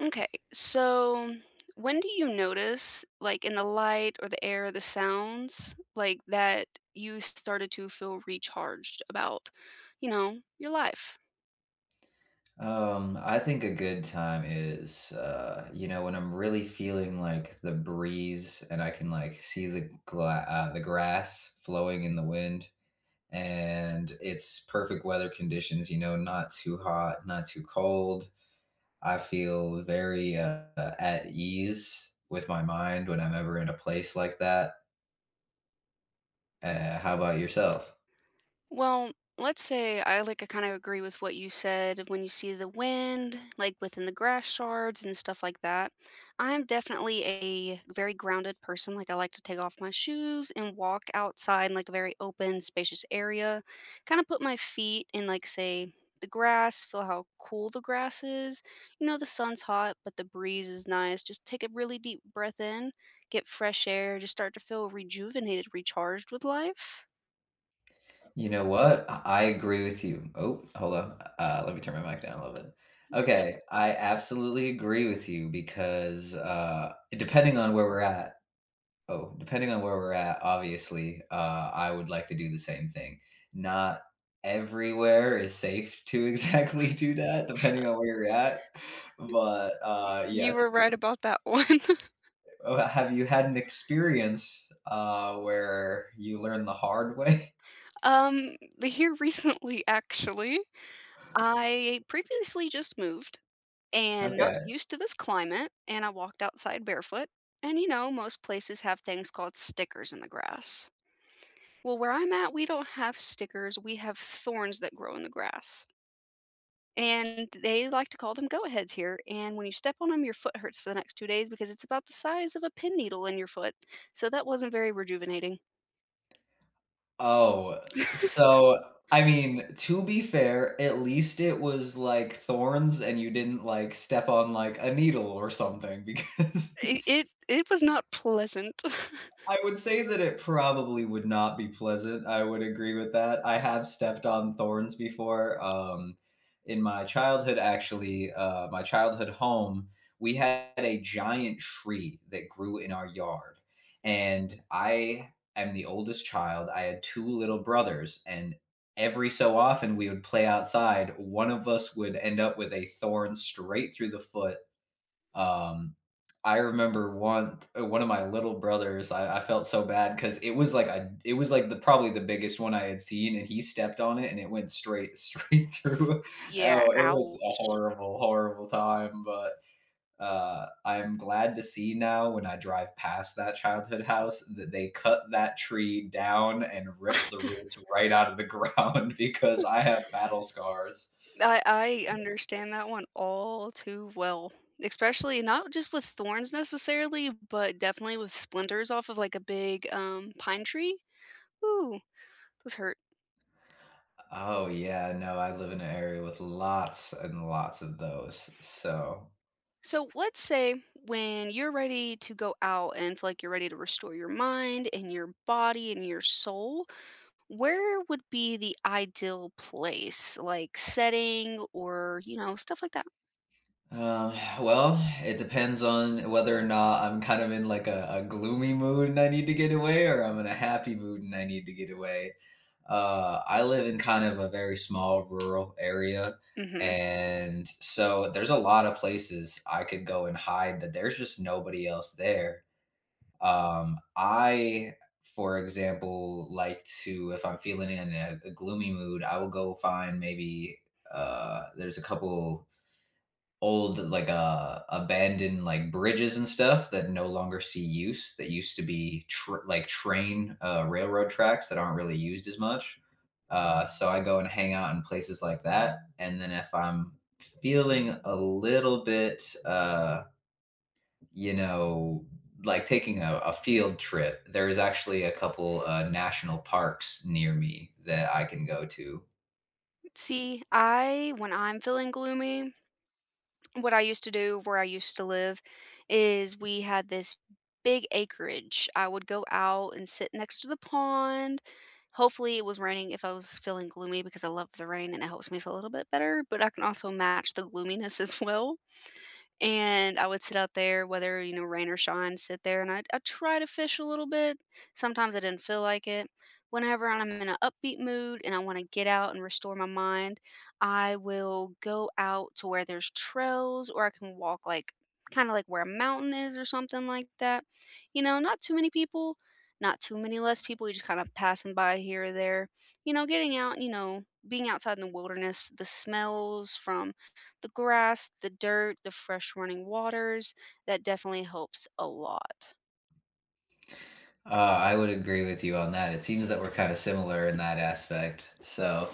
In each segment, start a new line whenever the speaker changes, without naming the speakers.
Okay, so when do you notice, like in the light or the air, the sounds, like that you started to feel recharged about, you know, your life?
I think a good time is, when I'm really feeling like the breeze and I can like see the the grass flowing in the wind, and it's perfect weather conditions, you know, not too hot, not too cold. I feel very at ease with my mind when I'm ever in a place like that. How about yourself?
Well, let's say I kind of agree with what you said when you see the wind, like within the grass shards and stuff like that. I'm definitely a very grounded person. Like I like to take off my shoes and walk outside in like a very open, spacious area. Kind of put my feet in like say the grass, feel how cool the grass is. You know, the sun's hot, but the breeze is nice. Just take a really deep breath in, get fresh air, just start to feel rejuvenated, recharged with life.
You know what? I agree with you. Oh, hold on. Let me turn my mic down a little bit. Okay, I absolutely agree with you because depending on where we're at, obviously, I would like to do the same thing. Not everywhere is safe to exactly do that, depending on where you're at. But
Y you
yes,
were right about that one.
have you had an experience where you learned the hard way?
Um, Here recently, actually, I previously just moved and not
Okay.
used to this climate, and I walked outside barefoot. And, you know, most places have things called stickers in the grass. Well, where I'm at, we don't have stickers, we have thorns that grow in the grass. And they like to call them go-aheads here, and when you step on them, your foot hurts for the next 2 days because it's about the size of a pin needle in your foot, so that wasn't very rejuvenating.
Oh, so, I mean, to be fair, at least it was, like, thorns and you didn't, like, step on, like, a needle or something because
I it it was not pleasant.
I would say that it probably would not be pleasant. I would agree with that. I have stepped on thorns before. In my childhood, actually, my childhood home, we had a giant tree that grew in our yard. And I am the oldest child. I had two little brothers, and every so often we would play outside. One of us would end up with a thorn straight through the foot um, I remember one of my little brothers, I felt so bad because it was like the probably the biggest one I had seen, and he stepped on it, and it went straight straight through.
Yeah,
Oh, it was a
ouch.
horrible, horrible time, but, I'm glad to see now when I drive past that childhood house that they cut that tree down and ripped the roots right out of the ground because I have battle scars.
I understand that one all too well, especially not just with thorns necessarily, but definitely with splinters off of, like, a big, pine tree. Ooh, those hurt.
Oh, yeah, no, I live in an area with lots and lots of those, so,
So, let's say when you're ready to go out and feel like you're ready to restore your mind and your body and your soul, where would be the ideal place? Like, setting or, you know, stuff like that?
um, well, it depends on whether or not I'm kind of in, like, a gloomy mood and I need to get away, or I'm in a happy mood and I need to get away. I live in kind of a very small rural area,
Mhm.
and so there's a lot of places I could go and hide that there's just nobody else there. I, for example, like to if I'm feeling in a gloomy mood, I will go find maybe there's a couple old like abandoned like bridges and stuff that no longer see use that used to be like train railroad tracks that aren't really used as much. So I go and hang out in places like that. And then if I'm feeling a little bit you know, like taking a field trip, there is actually a couple national parks near me that I can go to.
See, I when I'm feeling gloomy, what I used to do where I used to live is we had this big acreage. I would go out and sit next to the pond. Hopefully, it was raining if I was feeling gloomy because I love the rain and it helps me feel a little bit better, but I can also match the gloominess as well. And I would sit out there, whether, you know, rain or shine, sit there and I try to fish a little bit. Sometimes I didn't feel like it. Whenever I'm in an upbeat mood and I want to get out and restore my mind, I will go out to where there's trails or I can walk like kind of like where a mountain is or something like that. You know, not too many people, not too many less people. You just kind of passing by here or there. You know, getting out, you know, being outside in the wilderness, the smells from the grass, the dirt, the fresh running waters, that definitely helps a lot.
Uh, I would agree with you on that. It seems that we're kind of similar in that aspect. So,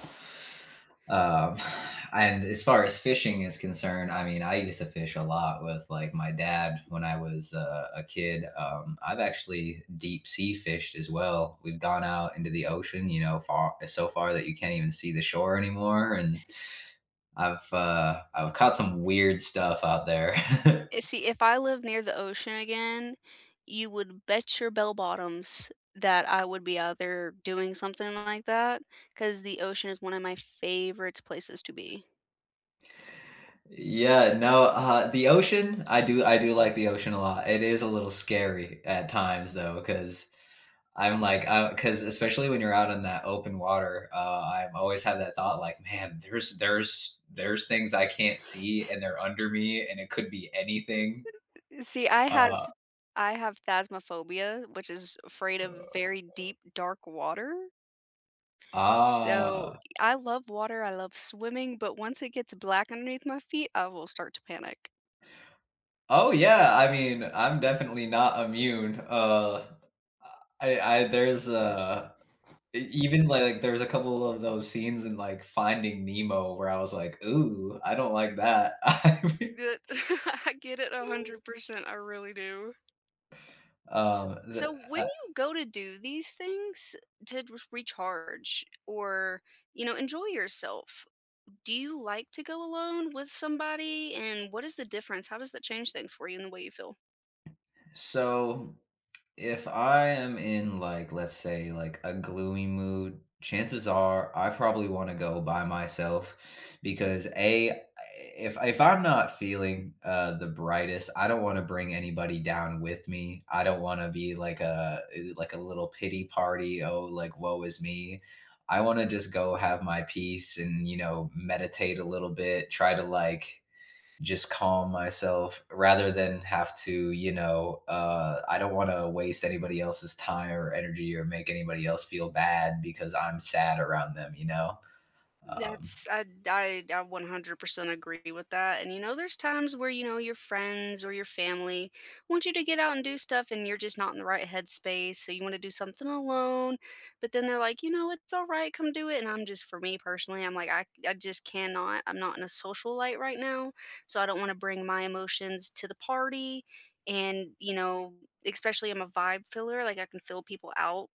um, and as far as fishing is concerned, I mean, I used to fish a lot with like my dad when I was a kid. I've actually deep sea fished as well. We've gone out into the ocean, you know, far so far that you can't even see the shore anymore, and
See
I've caught some weird stuff out there.
see, if I lived near the ocean again, you would bet your bell bottoms that I would be out there doing something like that, because the ocean is one of my favorite places to be.
Yeah, no, the ocean. I do like the ocean a lot. It is a little scary at times though, because I'm like, because especially when you're out in that open water, I always have that thought like, man, there's things I can't see and they're under me and it could be anything.
See, I have
Uh,
I have phasmophobia, which is afraid of very deep, dark water. So,
ah,
I love water, I love swimming, but once it gets black underneath my feet, I will start to panic.
oh yeah. I mean, I'm definitely not immune. I there's E- even like, there was a couple of those scenes in, like, Finding Nemo where I was like, "Ooh, I don't like that."
That I get it 100%, I really do.
The,
So when you go to do these things to just recharge or, you know, enjoy yourself, do you like to go alone with somebody? And what is the difference? How does that change things for you and the way you feel?
so If I am in, like, let's say, like, a gloomy mood, chances are I probably wanna go by myself because, A, if I'm not feeling, the brightest, I don't wanna bring anybody down with me. I don't wanna be like like a little pity party, "Oh, like, woe is me." I wanna just go have my peace and, you know, meditate a little bit, try to, like, just calm myself rather than have to, you know, I don't want to waste anybody else's time or energy or make anybody else feel bad because I'm sad around them, you know? Um,
That's I 100% agree with that. And you know, there's times where you know your friends or your family want you to get out and do stuff, and you're just not in the right headspace. So you want to do something alone, but then they're like, you know, it's all right, come do it. And I'm just for me personally, I'm like, I just cannot. I'm not in a social light right now, so I don't want to bring my emotions to the party. And you know, especially I'm a vibe filler. Like I can fill people out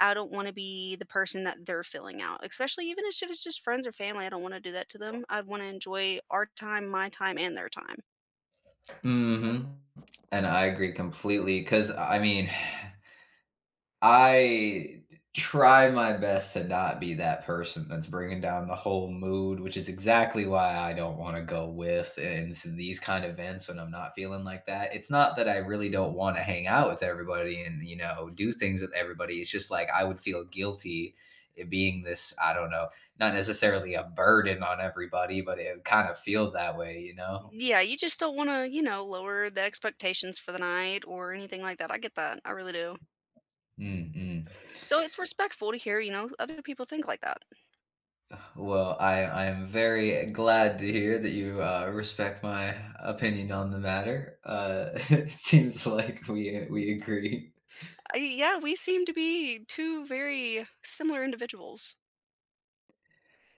I don't wanna be the person that they're filling out, especially even if it's just friends or family, I don't wanna do that to them. I wanna enjoy our time, my time, and their time.
mhm. And I agree completely because I mean, I try my best to not be that person that's bringing down the whole mood, which is exactly why I don't wanna go with and s these kind of events when I'm not feeling like that. It's not that I really don't wanna hang out with everybody and, you know, do things with everybody, it's just, like, I would feel guilty it being this, I don't know, not necessarily a burden on everybody, but it would kind of feel that way, you know?
Yeah, you just don't wanna, you know, lower the expectations for the night or anything like that. I get that, I really do.
Mm, mm.
So it's respectful to hear, you know, other people think like that.
Well, I am very glad to hear that you respect my opinion on the matter. It seems like we agree.
I yeah, we seem to be 2 very similar individuals.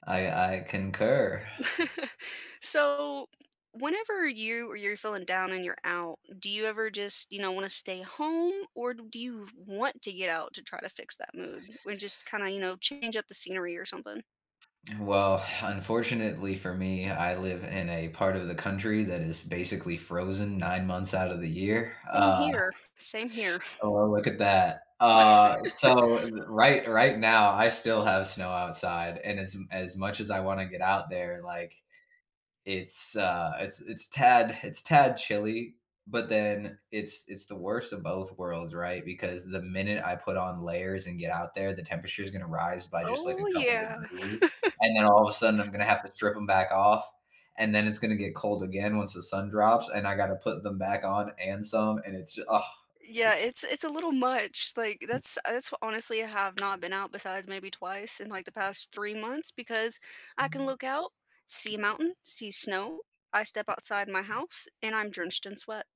I concur.
So, whenever you or you're feeling down and you're out, do you ever just, you know, want to stay home or do you want to get out to try to fix that mood and just kind of, you know, change up the scenery or something?
Well, unfortunately for me, I live in a part of the country that is basically frozen 9 months out of the year.
Same here. Same here.
Oh, well, look at that. Right right now, I still have snow outside, and as much as I want to get out there, like it's it's tad chilly, but then it's the worst of both worlds, right? Because the minute I put on layers and get out there, the temperature is going to rise by just like a
Oh
couple
yeah.
degrees, and then all of a sudden I'm going to have to strip them back off, and then it's going to get cold again once the sun drops, and I got to put them back on and some, and it's just, oh,
Yeah,
it's
it's a little much. Like that's what- honestly I have not been out besides maybe twice in like the past 3 months because I can look out, see a mountain, see snow. I step outside my house and I'm drenched in sweat.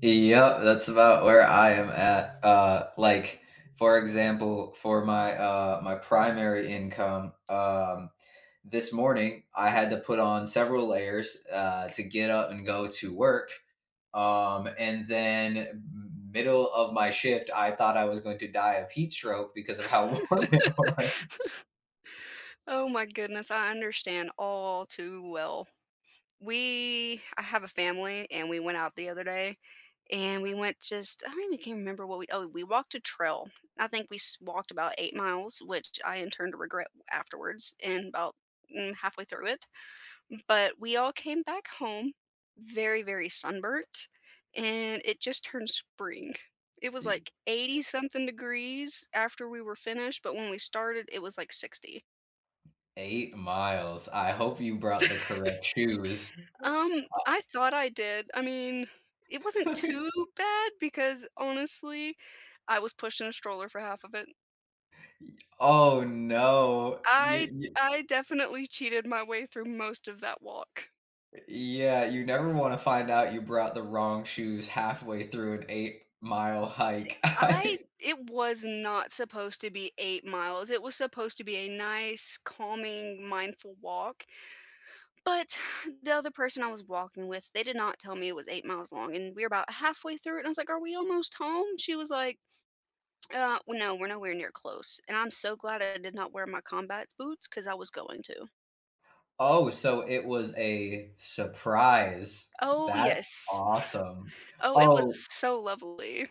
yep, that's about where I am at. Like for example, for my my primary income, this morning I had to put on several layers to get up and go to work. And then middle of my shift, I thought I was going to die of heat stroke because of how warm it was.
Oh my goodness, I understand all too well. We I have a family and we went out the other day and we went just I don't even can remember what we oh we walked a trail. I think we s- walked about 8 miles, which I in turn to regret afterwards and about halfway through it. But we all came back home very very sunburnt and it just turned spring. It was
E-
like 80 something degrees after we were finished, but when we started it was like 60.
8 miles. I hope you brought the correct shoes.
I thought I did. I mean, it wasn't too bad because honestly, I was pushed in a stroller for half of it.
Oh no.
I
You,
I definitely cheated my way through most of that walk.
yeah, you never want to find out you brought the wrong shoes halfway through an 8-mile
See,
hike.
I it was not supposed to be 8 miles. It was supposed to be a nice, calming, mindful walk. But the other person I was walking with, they did not tell me it was 8 miles long and we were about halfway through it and I was like, "Are we almost home?" She was like, w no, we're nowhere near close, and I'm so glad I did not wear my combat boots 'cause I was going to.
Oh, so it was a surprise.
Oh,
That's
yes.
awesome.
Oh, it was
Oh
so lovely.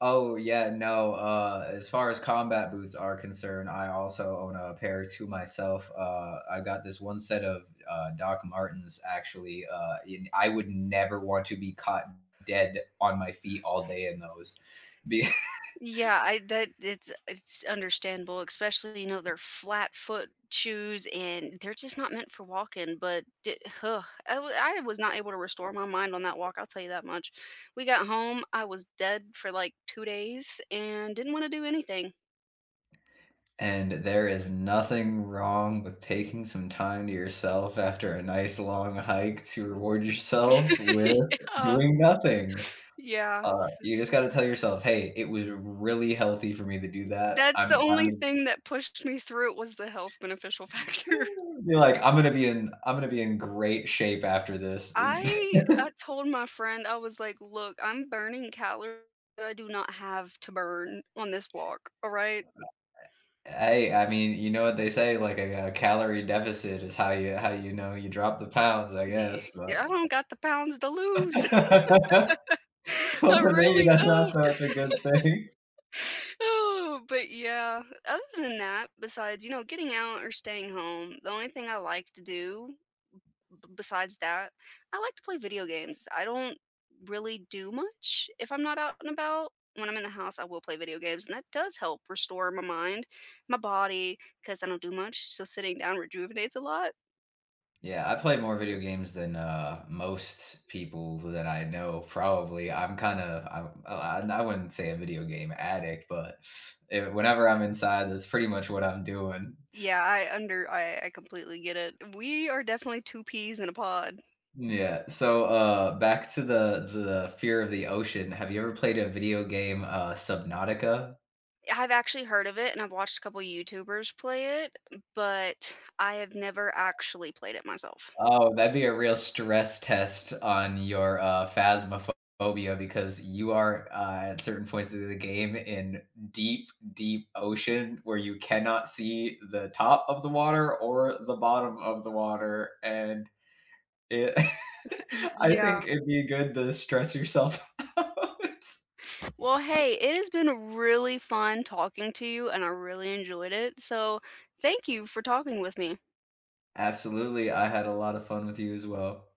oh, yeah, no, as far as combat boots are concerned, I also own a pair to myself. I got this one set of, Doc Martens actually, and I would never want to be caught dead on my feet all day in those.
Yeah, I that it's understandable, especially, you know, they're flat foot shoes, and they're just not meant for walking, but di ugh, I was not able to restore my mind on that walk, I'll tell you that much. We got home, I was dead for, like, 2 days and didn't wanna do anything.
And there is nothing wrong with taking some time to yourself after a nice long hike to reward yourself with
Yeah.
doing nothing.
Yeah,
You just gotta tell yourself, "Hey, it was really healthy for me to do that.
that's
I'm
the
I'm gonna
only thing that pushed me through it was the health beneficial factor.
be like, I'm gonna be in I'm gonna be in great shape after this."
I told my friend, I was like, "Look, I'm burning calories that I do not have to burn on this walk, alright?
Hey, I mean, you know what they say, like a, calorie deficit is how you know you drop the pounds, I
D
guess,
I
but
don't got the pounds to lose.
well,
I
then maybe
really
that's not
don't."
so much a good thing.
Oh, but yeah, other than that, besides, you know, getting out or staying home, the only thing I like to do besides that, I like to play video games. I don't really do much if I'm not out and about. When I'm in the house, I will play video games, and that does help restore my mind, my body, because I don't do much. So sitting down rejuvenates a lot.
Yeah, I play more video games than, most people that I know, probably. I'm kinda I'm I wouldn't say a video game addict, but if whenever I'm inside, that's pretty much what I'm doing.
Yeah, I completely get it. We are definitely two peas in a pod.
Yeah, so, back to the fear of the ocean, have you ever played a video game, Subnautica?
I've actually heard of it and I've watched a couple YouTubers play it, but I have never actually played it myself.
Oh, that'd be a real stress test on your, phasmophobia because you are, at certain points of the game in deep, deep ocean where you cannot see the top of the water or the bottom of the water, and it I
Yeah.
think it'd be good to stress yourself out.
Well, hey, it has been really fun talking to you, and I really enjoyed it. So, thank you for talking with me.
Absolutely, I had a lot of fun with you as well.